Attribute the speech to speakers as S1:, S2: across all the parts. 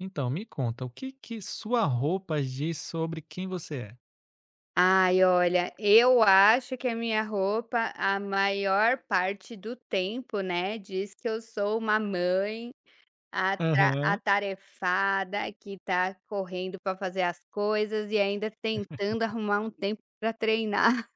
S1: Então, me conta, o que que sua roupa diz sobre quem você é?
S2: Ai, olha, eu acho que a minha roupa, a maior parte do tempo, né, diz que eu sou uma mãe atra
S1: Aham.
S2: atarefada, que tá correndo para fazer as coisas e ainda tentando arrumar um tempo para treinar.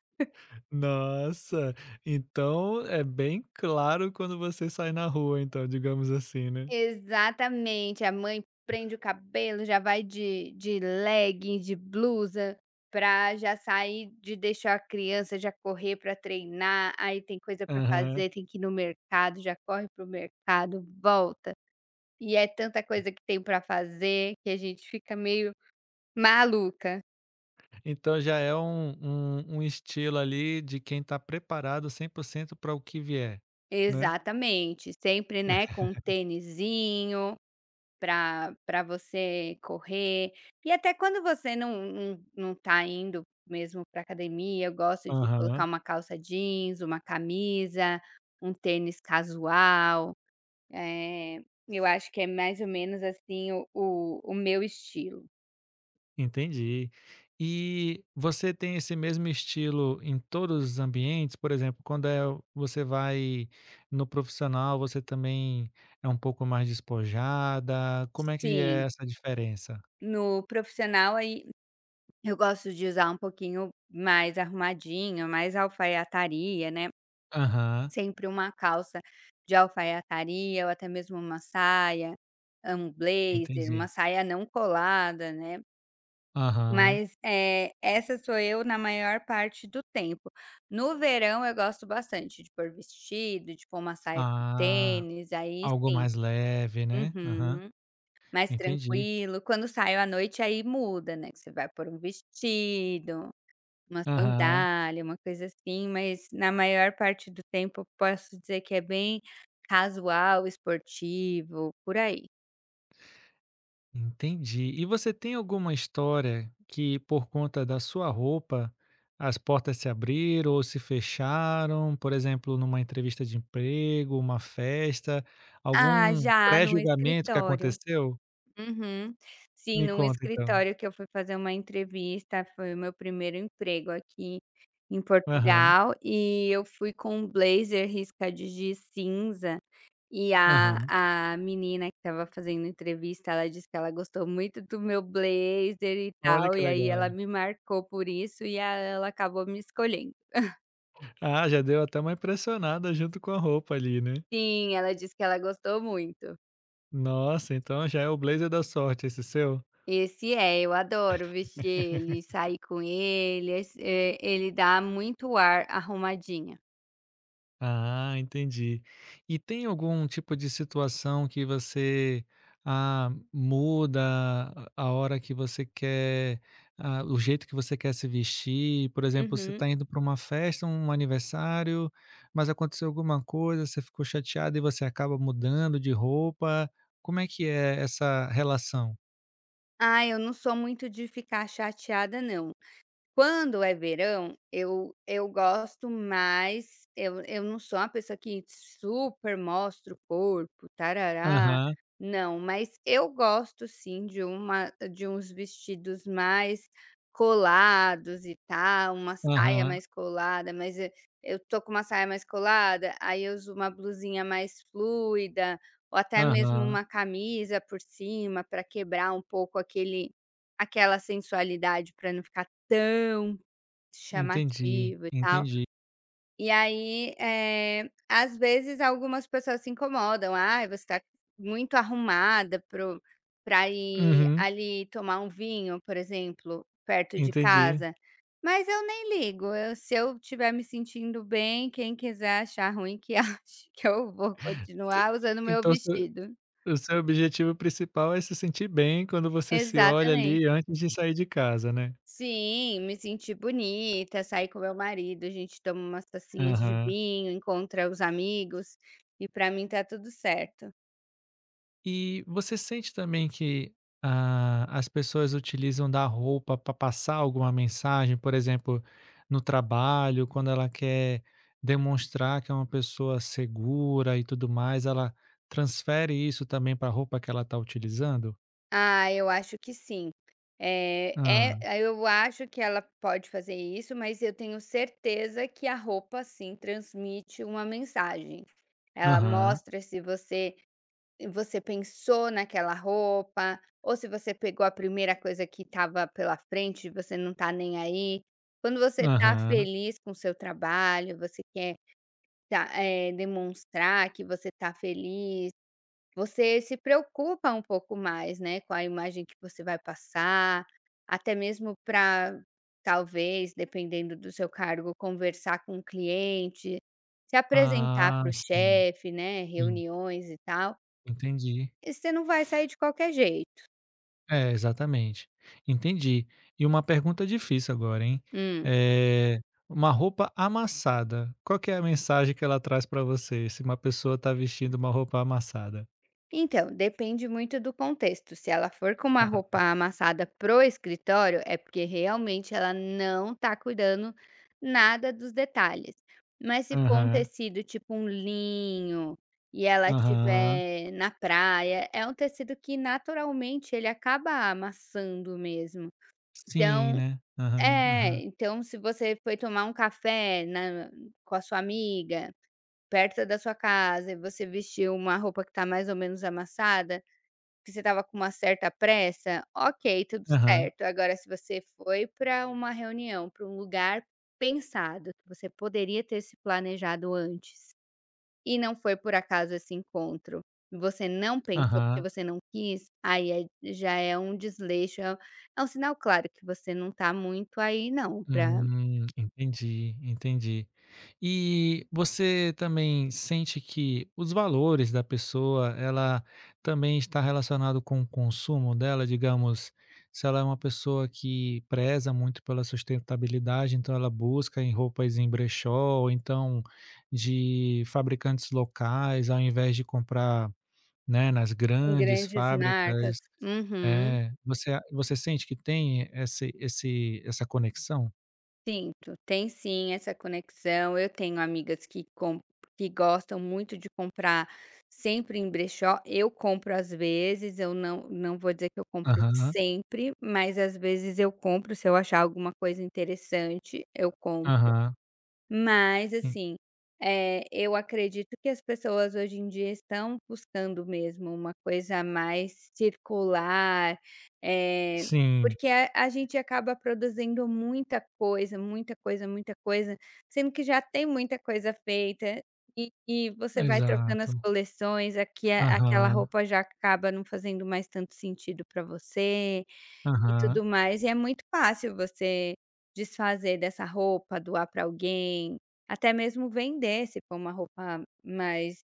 S1: Nossa, então é bem claro quando você sai na rua, então, digamos assim, né?
S2: Exatamente, a mãe prende o cabelo, já vai de legging, de blusa, pra já sair de deixar a criança já correr pra treinar, aí tem coisa pra
S1: Aham.
S2: fazer, tem que ir no mercado, já corre para o mercado, volta, e é tanta coisa que tem pra fazer que a gente fica meio maluca.
S1: Então já é um estilo ali de quem tá preparado 100% para o que vier, né?
S2: Exatamente, sempre, né, com um tênisinho para pra você correr. E até quando você não tá indo mesmo para academia, eu gosto de colocar
S1: Aham.
S2: uma calça jeans, uma camisa, um tênis casual. Eh, eu acho que é mais ou menos assim o meu estilo.
S1: Entendi. E você tem esse mesmo estilo em todos os ambientes? Por exemplo, quando é você vai no profissional, você também é um pouco mais despojada? Como é que é
S2: Sim.
S1: essa diferença?
S2: No profissional, aí, eu gosto de usar um pouquinho mais arrumadinho, mais alfaiataria, né.
S1: Aham,
S2: Sempre uma calça de alfaiataria ou até mesmo uma saia, um blazer, uma
S1: entendi.
S2: saia não colada, né.
S1: Aham.
S2: Mas, essa sou eu na maior parte do tempo. No verão eu gosto bastante de pôr vestido, de pôr uma saia com
S1: Ah,
S2: tênis, aí
S1: algo
S2: sim.
S1: mais leve, né? Aham,
S2: Uhum. Mais
S1: entendi.
S2: tranquilo. Quando saio à noite aí muda, né, que você vai pôr um vestido, uma
S1: Aham.
S2: sandália, uma coisa assim, mas na maior parte do tempo eu posso dizer que é bem casual, esportivo, por aí.
S1: Entendi. E você tem alguma história que, por conta da sua roupa, as portas se abriram ou se fecharam? Por exemplo, numa entrevista de emprego, uma festa,
S2: Ah,
S1: algum
S2: já, num
S1: pré-julgamento que
S2: escritório.
S1: aconteceu?
S2: Uhum. Sim,
S1: Me
S2: num
S1: conta então.
S2: escritório que eu fui fazer uma entrevista, foi o meu primeiro emprego aqui em
S1: Aham,
S2: Portugal, e eu fui com um blazer riscado de cinza. E a
S1: aham.
S2: a menina que estava fazendo entrevista, ela disse que ela gostou muito do meu blazer e
S1: Olha
S2: tal,
S1: que
S2: e aí ela
S1: legal.
S2: me marcou por isso e a ela acabou me escolhendo.
S1: Ah, já deu até uma impressionada junto com a roupa ali, né?
S2: Sim, ela disse que ela gostou muito.
S1: Nossa, então já é o blazer da sorte esse seu?
S2: Esse é, eu adoro vestir ele, sair com ele, esse ele dá muito ar arrumadinha.
S1: Ah, entendi. E tem algum tipo de situação que você, ah, muda a hora que você quer, ah, o jeito que você quer se vestir? Por exemplo, você
S2: Uhum.
S1: está indo para uma festa, um aniversário, mas aconteceu alguma coisa, você ficou chateado e você acaba mudando de roupa. Como é que é essa relação?
S2: Ah, eu não sou muito de ficar chateada não. Quando é verão, eu gosto mais, eu não sou uma pessoa que super mostra o corpo, tarará,
S1: Aham,
S2: não, mas eu gosto sim de uma de uns vestidos mais colados e tal, uma saia
S1: aham,
S2: mais colada, mas e eu tô com uma saia mais colada, aí eu uso uma blusinha mais fluida, ou até mesmo
S1: aham.
S2: uma camisa por cima para quebrar um pouco aquele. Aquela sensualidade para não ficar tão
S1: Entendi,
S2: chamativo e tal.
S1: entendi.
S2: E aí, às vezes algumas pessoas se incomodam: "Ah, você tá muito arrumada pro pra ir
S1: Uhum,
S2: ali tomar um vinho", por exemplo, perto de
S1: entendi.
S2: casa. Mas eu nem ligo, eu se eu estiver me sentindo bem, quem quiser achar ruim que ache, que eu vou
S1: Se
S2: continuar usando meu
S1: então
S2: vestido.
S1: O seu objetivo principal é se sentir bem quando você se olha
S2: Exatamente.
S1: ali antes de sair de casa, né?
S2: Sim, me senti bonita, saí com meu marido, a gente toma umas tacinhas de
S1: Aham.
S2: vinho, encontra os amigos e pra mim tá tudo certo.
S1: E você sente também que ah, as pessoas utilizam da roupa para passar alguma mensagem, por exemplo, no trabalho, quando ela quer demonstrar que é uma pessoa segura e tudo mais, ela transfere isso também para a roupa que ela está utilizando?
S2: Ah, eu acho que sim.
S1: Ah.
S2: Eu acho que ela pode fazer isso, mas eu tenho certeza que a roupa sim transmite uma mensagem. Ela
S1: Aham,
S2: mostra se você. Você pensou naquela roupa, ou se você pegou a primeira coisa que estava pela frente e você não está nem aí. Quando você está
S1: aham.
S2: feliz com o seu trabalho, você quer tá, demonstrar que você está feliz, você se preocupa um pouco mais, né, com a imagem que você vai passar, até mesmo para, talvez, dependendo do seu cargo, conversar com o cliente, se apresentar
S1: Ah,
S2: para o
S1: sim,
S2: chefe, né,
S1: sim,
S2: reuniões e tal.
S1: entendi.
S2: E você não vai sair de qualquer jeito.
S1: É, exatamente. Entendi. E uma pergunta difícil agora, hein.
S2: Hum.
S1: É uma roupa amassada, qual que é a mensagem que ela traz para você, se uma pessoa tá vestindo uma roupa amassada?
S2: Então, depende muito do contexto. Se ela for com uma roupa
S1: Aham,
S2: amassada pro escritório, é porque realmente ela não tá cuidando nada dos detalhes. Mas se for um
S1: aham,
S2: tecido tipo um linho e ela
S1: aham.
S2: tiver na praia, é um tecido que naturalmente ele acaba amassando mesmo.
S1: Sim,
S2: Então,
S1: né. Aham,
S2: é,
S1: aham,
S2: então se você foi tomar um café na- com a sua amiga, perto da sua casa e você vestiu uma roupa que está mais ou menos amassada, que você estava com uma certa pressa, ok, tudo
S1: aham,
S2: certo. Agora, se você foi para uma reunião, para um lugar pensado, que você poderia ter se planejado antes, e não foi por acaso esse encontro, você não pensou porque
S1: aham.
S2: você não quis, aí é, já é um desleixo, é um sinal claro que você não tá muito aí não pra
S1: Entendi, entendi. E você também sente que os valores da pessoa, ela também está relacionado com o consumo dela, digamos, se ela é uma pessoa que preza muito pela sustentabilidade, então ela busca em roupas em brechó, ou então de fabricantes locais, ao invés de comprar, né, nas grandes
S2: grandes marcas.
S1: fábricas.
S2: Uhum.
S1: É, você, você sente que tem esse, esse, essa conexão?
S2: Sinto, tem sim essa conexão. Eu tenho amigas que com que gostam muito de comprar sempre em brechó. Eu compro às vezes, eu não vou dizer que eu compro
S1: Aham,
S2: sempre, mas às vezes eu compro se eu achar alguma coisa interessante, eu compro.
S1: aham.
S2: Mas
S1: En
S2: assim, eu acredito que as pessoas hoje em dia estão buscando mesmo uma coisa mais circular, eh,
S1: sim,
S2: porque a gente acaba produzindo muita coisa, muita coisa, muita coisa, sendo que já tem muita coisa feita e você vai trocando as
S1: exato.
S2: coleções, aqui a aquela
S1: Aham,
S2: roupa já acaba não fazendo mais tanto sentido para você. E
S1: aham.
S2: tudo mais, e é muito fácil você desfazer dessa roupa, doar para alguém, até mesmo vender se for uma roupa mais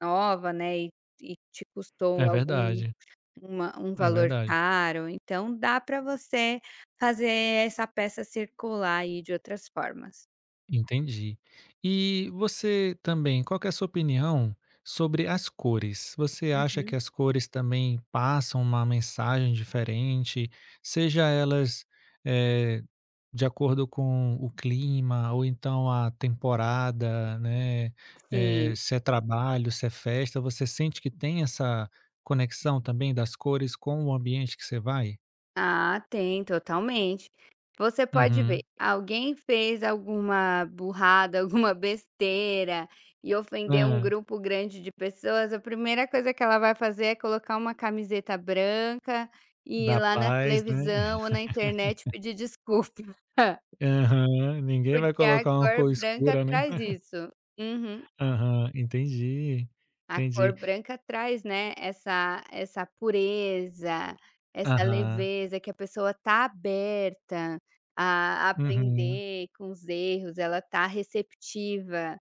S2: nova, né, e te
S1: É
S2: custou algum,
S1: verdade,
S2: uma, um
S1: é
S2: valor
S1: verdade.
S2: caro, então dá para você fazer essa peça circular aí de outras formas.
S1: Entendi. E você também, qual que é a sua opinião sobre as cores? Você acha
S2: Uhum.
S1: que as cores também passam uma mensagem diferente, seja elas, eh De acordo com o clima ou então a temporada, né,
S2: Sim.
S1: se é trabalho, se é festa, você sente que tem essa conexão também das cores com o ambiente que você vai?
S2: Ah, tem, totalmente. Você pode ver,
S1: Uhum.
S2: alguém fez alguma burrada, alguma besteira e ofendeu um
S1: Hã.
S2: grupo grande de pessoas, a primeira coisa que ela vai fazer é colocar uma camiseta branca e ir
S1: Da
S2: lá na
S1: paz, né.
S2: televisão ou na internet pedir desculpa,
S1: Aham. Ninguém vai
S2: porque a
S1: colocar uma
S2: cor
S1: cor
S2: branca
S1: escura, né.
S2: traz isso. Uhum.
S1: Aham, entendi,
S2: A
S1: entendi.
S2: cor branca traz, né, essa pureza, essa
S1: Aham.
S2: leveza que a pessoa tá aberta a
S1: Uhum.
S2: aprender com os erros, ela tá receptiva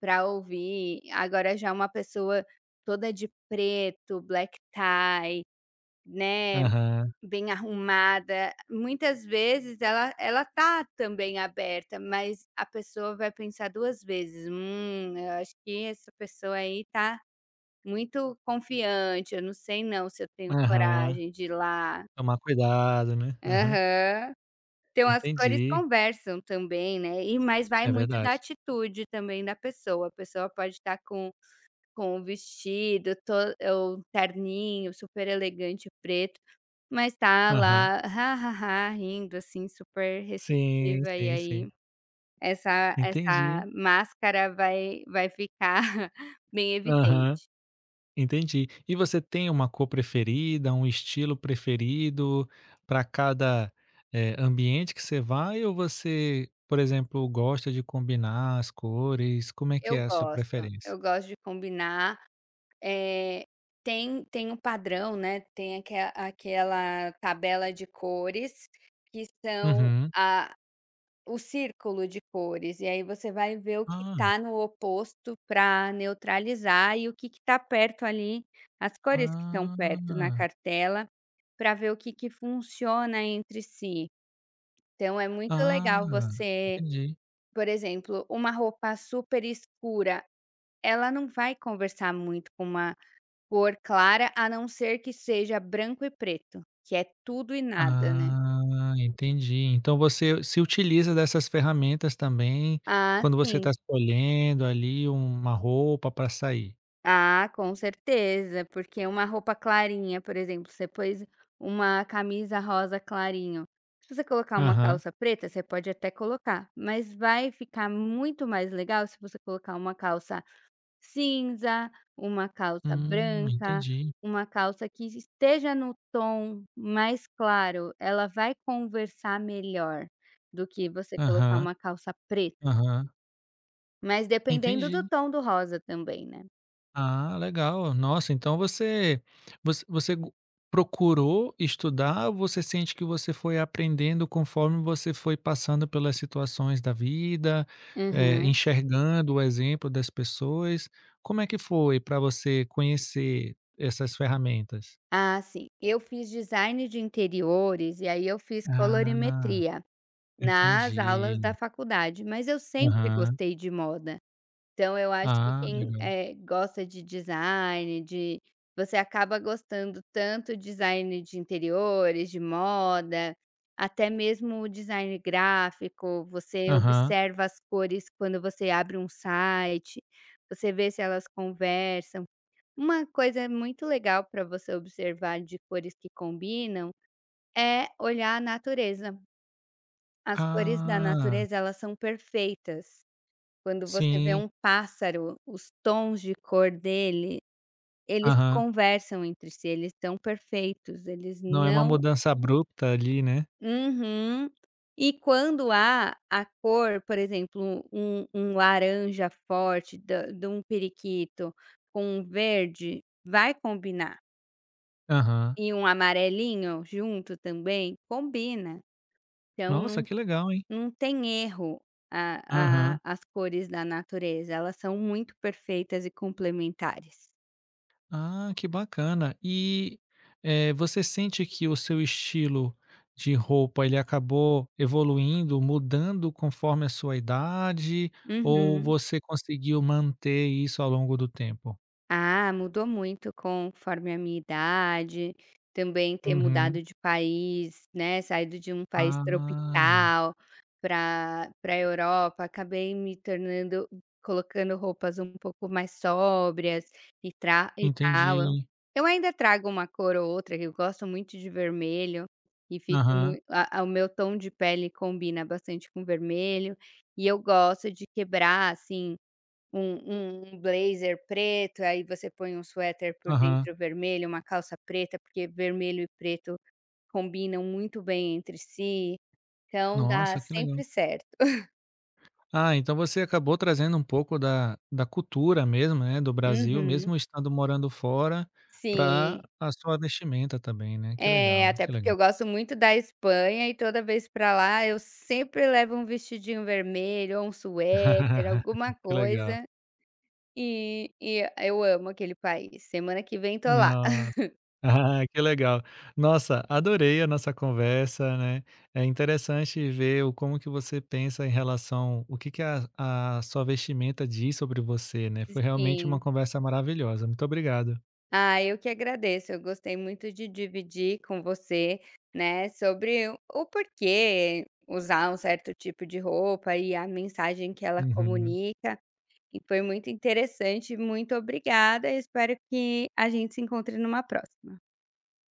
S2: para ouvir. Agora já uma pessoa toda de preto, black tie, né,
S1: Aham.
S2: bem arrumada, muitas vezes ela tá também aberta, mas a pessoa vai pensar 2 vezes: eu acho que essa pessoa aí tá muito confiante, eu não sei não se eu tenho
S1: Aham.
S2: coragem de ir lá."
S1: Tomar cuidado, né. Aham.
S2: Aham. Então as cores
S1: Entendi.
S2: conversam também, né, e mas vai
S1: É
S2: muito da
S1: verdade.
S2: atitude também da pessoa, a pessoa pode estar com o vestido to ou terninho super elegante preto, mas tá
S1: Aham.
S2: lá "ha, ha, ha", rindo assim super
S1: Sim,
S2: receptiva e
S1: sim,
S2: aí
S1: sim.
S2: essa
S1: Entendi.
S2: máscara vai ficar bem
S1: Aham,
S2: evidente.
S1: entendi. E você tem uma cor preferida, um estilo preferido para cada, ambiente que você vai ou você, por exemplo, gosta de combinar as cores? Como é que
S2: Eu
S1: é a sua
S2: gosto,
S1: preferência?
S2: eu gosto de combinar. Eh, Tem, tem um padrão, né, tem aquela tabela de cores, que são
S1: Uhum.
S2: a, o círculo de cores, e aí você vai ver o que
S1: Ah,
S2: está no oposto para neutralizar e o que está perto ali, as cores que estão perto na
S1: ah,
S2: cartela, para ver o que que funciona entre si. Então é muito
S1: ah,
S2: legal você,
S1: entendi.
S2: por exemplo, uma roupa super escura, ela não vai conversar muito com uma cor clara, a não ser que seja branco e preto, que é tudo e nada, né.
S1: Ah, entendi. Então você se utiliza dessas ferramentas também
S2: Ah,
S1: quando você
S2: sim.
S1: está escolhendo ali uma roupa para sair.
S2: Ah, com certeza, porque uma roupa clarinha, por exemplo, você pôs uma camisa rosa clarinho, se você colocar uma
S1: Aham.
S2: calça preta, você pode até colocar, mas vai ficar muito mais legal se você colocar uma calça cinza, uma calça branca,
S1: Entendi.
S2: uma calça que esteja no tom mais claro, ela vai conversar melhor do que você colocar
S1: Aham,
S2: uma calça preta,
S1: aham.
S2: mas dependendo do
S1: Entendi.
S2: tom do rosa também, né.
S1: Ah, legal. Nossa, então você você você go procurou estudar ou você sente que você foi aprendendo conforme você foi passando pelas situações da vida,
S2: Aham.
S1: enxergando o exemplo das pessoas? Como é que foi para você conhecer essas ferramentas?
S2: Ah, sim. Eu fiz design de interiores, e aí eu fiz
S1: Ah,
S2: colorimetria nas aulas da
S1: entendi.
S2: faculdade, mas eu sempre
S1: Aham.
S2: gostei de moda. Então eu acho que
S1: Ah,
S2: quem,
S1: legal.
S2: gosta de design, de, você acaba gostando tanto design de interiores, de moda, até mesmo o design gráfico, você
S1: Aham.
S2: observa as cores quando você abre um site, você vê se elas conversam. Uma coisa muito legal para você observar de cores que combinam, é olhar a natureza. As cores da
S1: Ah,
S2: natureza, elas são perfeitas. Quando você vê
S1: sim.
S2: um pássaro, os tons de cor dele, eles
S1: Aham.
S2: conversam entre si, eles são perfeitos, eles
S1: Não é uma
S2: não.
S1: mudança abrupta ali, né.
S2: Uhum. E quando há a cor, por exemplo, um laranja forte da de um periquito com um verde, vai combinar.
S1: Aham.
S2: E um amarelinho junto também, combina. Então
S1: Nossa, que legal, hein.
S2: não tem erro, a
S1: Aham.
S2: a as cores da natureza, elas são muito perfeitas e complementares.
S1: Ah, que bacana. E, você sente que o seu estilo de roupa, ele acabou evoluindo, mudando conforme a sua idade, ou
S2: Uhum.
S1: você conseguiu manter isso ao longo do tempo?
S2: Ah, mudou muito conforme a minha idade, também ter
S1: Uhum.
S2: mudado de país, né, saído de um país
S1: Ah,
S2: tropical para Europa, acabei me tornando, colocando roupas um pouco mais sóbrias e tra e tal.
S1: entendi.
S2: Eu ainda trago uma cor ou outra, que eu gosto muito de vermelho e fico
S1: Aham,
S2: mui, o meu tom de pele combina bastante com vermelho, e eu gosto de quebrar, assim. Um, um blazer preto, aí você põe um suéter por
S1: aham.
S2: dentro vermelho, uma calça preta, porque vermelho e preto combinam muito bem entre si, então dá
S1: Nossa, que legal.
S2: sempre certo.
S1: Ah, então você acabou trazendo um pouco da cultura mesmo, né, do Brasil,
S2: Uhum.
S1: mesmo estando morando fora, para
S2: Sim.
S1: a sua vestimenta também, né. Que
S2: É,
S1: legal,
S2: até
S1: que
S2: porque
S1: legal.
S2: eu gosto muito da Espanha e toda vez para lá eu sempre levo um vestidinho vermelho ou um suéter, alguma
S1: Que legal.
S2: coisa, e eu amo aquele país. Semana que vem tô lá.
S1: Nossa. Ah, que legal. Nossa, adorei a nossa conversa, né. É interessante ver o como que você pensa em relação o que que a sua vestimenta diz sobre você, né. Foi realmente uma
S2: Sim.
S1: conversa maravilhosa. Muito obrigado.
S2: Ah, eu que agradeço. Eu gostei muito de dividir com você, né, sobre o porquê usar um certo tipo de roupa e a mensagem que ela
S1: Uhum.
S2: comunica. E foi muito interessante. Muito obrigada. Espero que a gente se encontre numa próxima.